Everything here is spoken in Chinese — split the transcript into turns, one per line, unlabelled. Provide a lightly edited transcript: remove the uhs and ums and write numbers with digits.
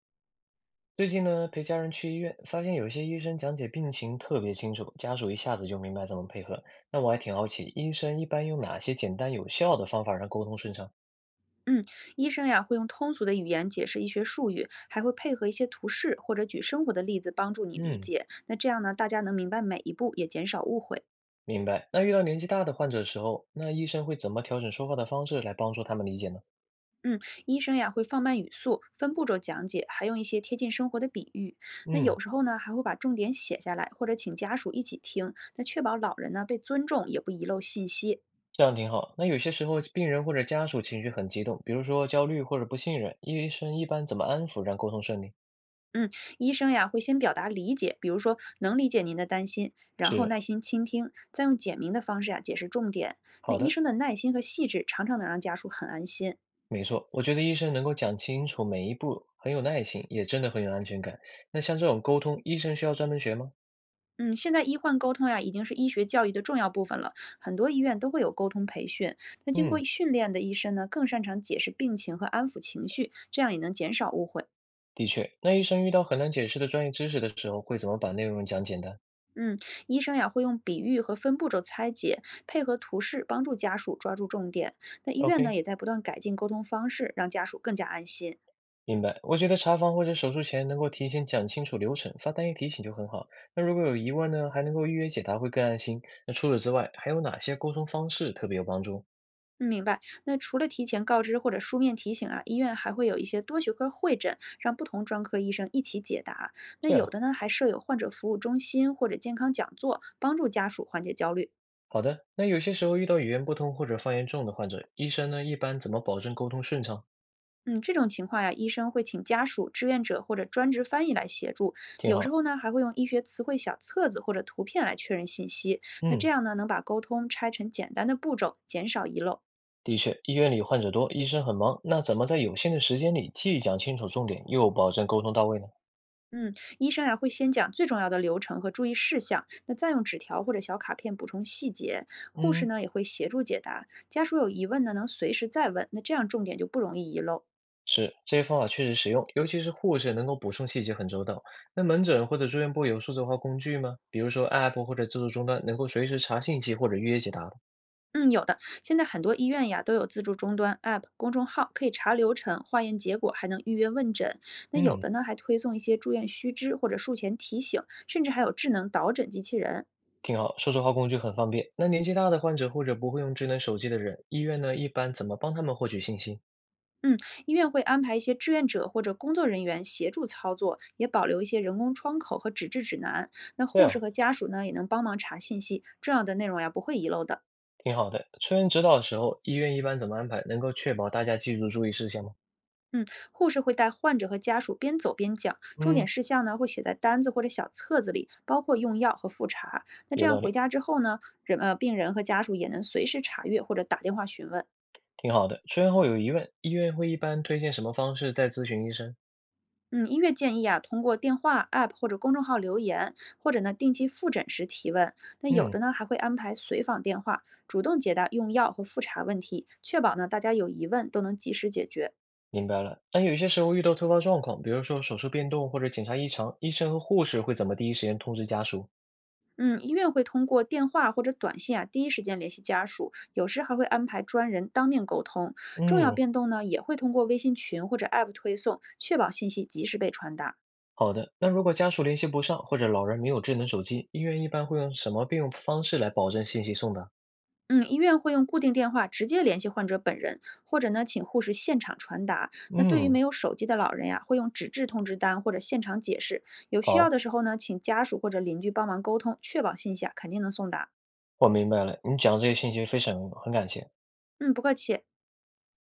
最近呢，陪家人去医院，发现有些医生讲解病情特别清楚，家属一下子就明白怎么配合。那我还挺好奇，医生一般用哪些简单有效的方法让沟通顺畅？
嗯，医生呀会用通俗的语言解释医学术语，还会配合一些图示或者举生活的例子帮助你理
嗯，
解。那这样呢，大家能明白每一步，也减少误会。
明白。那遇到年纪大的患者的时候，那医生会怎么调整说话的方式来帮助他们理解呢？
嗯，医生呀会放慢语速，分步骤讲解，还用一些贴近生活的比喻。那
嗯，
有时候呢，还会把重点写下来，或者请家属一起听，那确保老人呢被尊重，也不遗漏信息。
这样挺好。那有些时候病人或者家属情绪很激动，比如说焦虑或者不信任，医生一般怎么安抚让沟通顺利？
嗯，医生呀会先表达理解，比如说能理解您的担心，然后
是，
耐心倾听，再用简明的方式呀解释重点。那
好
医
的。
生的耐心和细致，常常能让家属很安心。
没错，我觉得医生能够讲清楚每一步，很有耐心，也真的很有安全感。那像这种沟通，医生需要专门学吗？
嗯，现在医患沟通呀已经是医学教育的重要部分了，很多医院都会有沟通培训。那经过
嗯，
训练的医生呢，更擅长解释病情和安抚情绪，这样也能减少误会。
的确。那医生遇到很难解释的专业知识的时候，会怎么把内容讲简单
嗯，医生呀会用比喻和分步骤拆解，配合图示帮助家属抓住重点。那医院呢
？OK，
也在不断改进沟通方式，让家属更加安心。
明白。我觉得查房或者手术前能够提前讲清楚流程，发单一提醒就很好。那如果有疑问呢，还能够预约解答，会更安心。那除此之外，还有哪些沟通方式特别有帮助？
嗯，明白。那除了提前告知或者书面提醒啊，医院还会有一些多学科会诊，让不同专科医生一起解答。那
对
有
啊，
的呢还设有患者服务中心或者健康讲座，帮助家属缓解焦虑。
好的。那有些时候遇到语言不通或者方言重的患者，医生呢一般怎么保证沟通顺畅？
嗯，这种情况呀，医生会请家属、志愿者或者专职翻译来协助，
挺
有时
好。
候呢还会用医学词汇小册子或者图片来确认信息。那这
嗯。
样呢，能把沟通拆成简单的步骤，减少遗漏。
的确，医院里患者多，医生很忙，那怎么在有限的时间里既讲清楚重点，又保证沟通到位呢？
嗯，医生呀会先讲最重要的流程和注意事项，那再用纸条或者小卡片补充细节。护士
嗯，
呢也会协助解答，家属有疑问呢能随时再问，那这样重点就不容易遗漏。
是，这些方法确实实用，尤其是护士能够补充细节很周到。那门诊或者住院部有数字化工具吗？比如说 App 或者自助终端，能够随时查信息或者预约解答的。
嗯，有的。现在很多医院呀都有自助终端 App、公众号，可以查流程、化验结果，还能预约问诊。那有
嗯，
的呢还推送一些住院须知或者术前提醒，甚至还有智能导诊机器人。
挺好，数字化工具很方便。那年纪大的患者或者不会用智能手机的人，医院呢一般怎么帮他们获取信息？
嗯，医院会安排一些志愿者或者工作人员协助操作，也保留一些人工窗口和纸质指南。那
这
护士
样
和家属呢也能帮忙查信息，重要的内容呀不会遗漏的。
挺好的。出院指导的时候，医院一般怎么安排，能够确保大家记住注意事项吗？
嗯，护士会带患者和家属边走边讲，重点
嗯。
事项呢会写在单子或者小册子里，包括用药和复查。那这
有
样
道理，
回家之后呢，病人和家属也能随时查阅或者打电话询问。
挺好的。出院后有疑问，医院会一般推荐什么方式再咨询医生？
嗯，医院建议啊，通过电话、App 或者公众号留言，或者呢定期复诊时提问。那有
嗯，
的呢还会安排随访电话，主动解答用药和复查问题，确保呢大家有疑问都能及时解决。
明白了。那有些时候遇到突发状况，比如说手术变动或者检查异常，医生和护士会怎么第一时间通知家属？
嗯，医院会通过电话或者短信啊，第一时间联系家属，有时还会安排专人当面沟通。重要
嗯，
变动呢，也会通过微信群或者 App 推送，确保信息及时被传达。
好的。那如果家属联系不上，或者老人没有智能手机，医院一般会用什么备用方式来保证信息送达？
嗯，医院会用固定电话直接联系患者本人，或者呢，请护士现场传达。那对于没
嗯，
有手机的老人呀，会用纸质通知单或者现场解释。有需要
好，
的时候呢，请家属或者邻居帮忙沟通，确保信息啊肯定能送达。
我明白了。你讲这些信息非常有用很感谢。
嗯，不客气。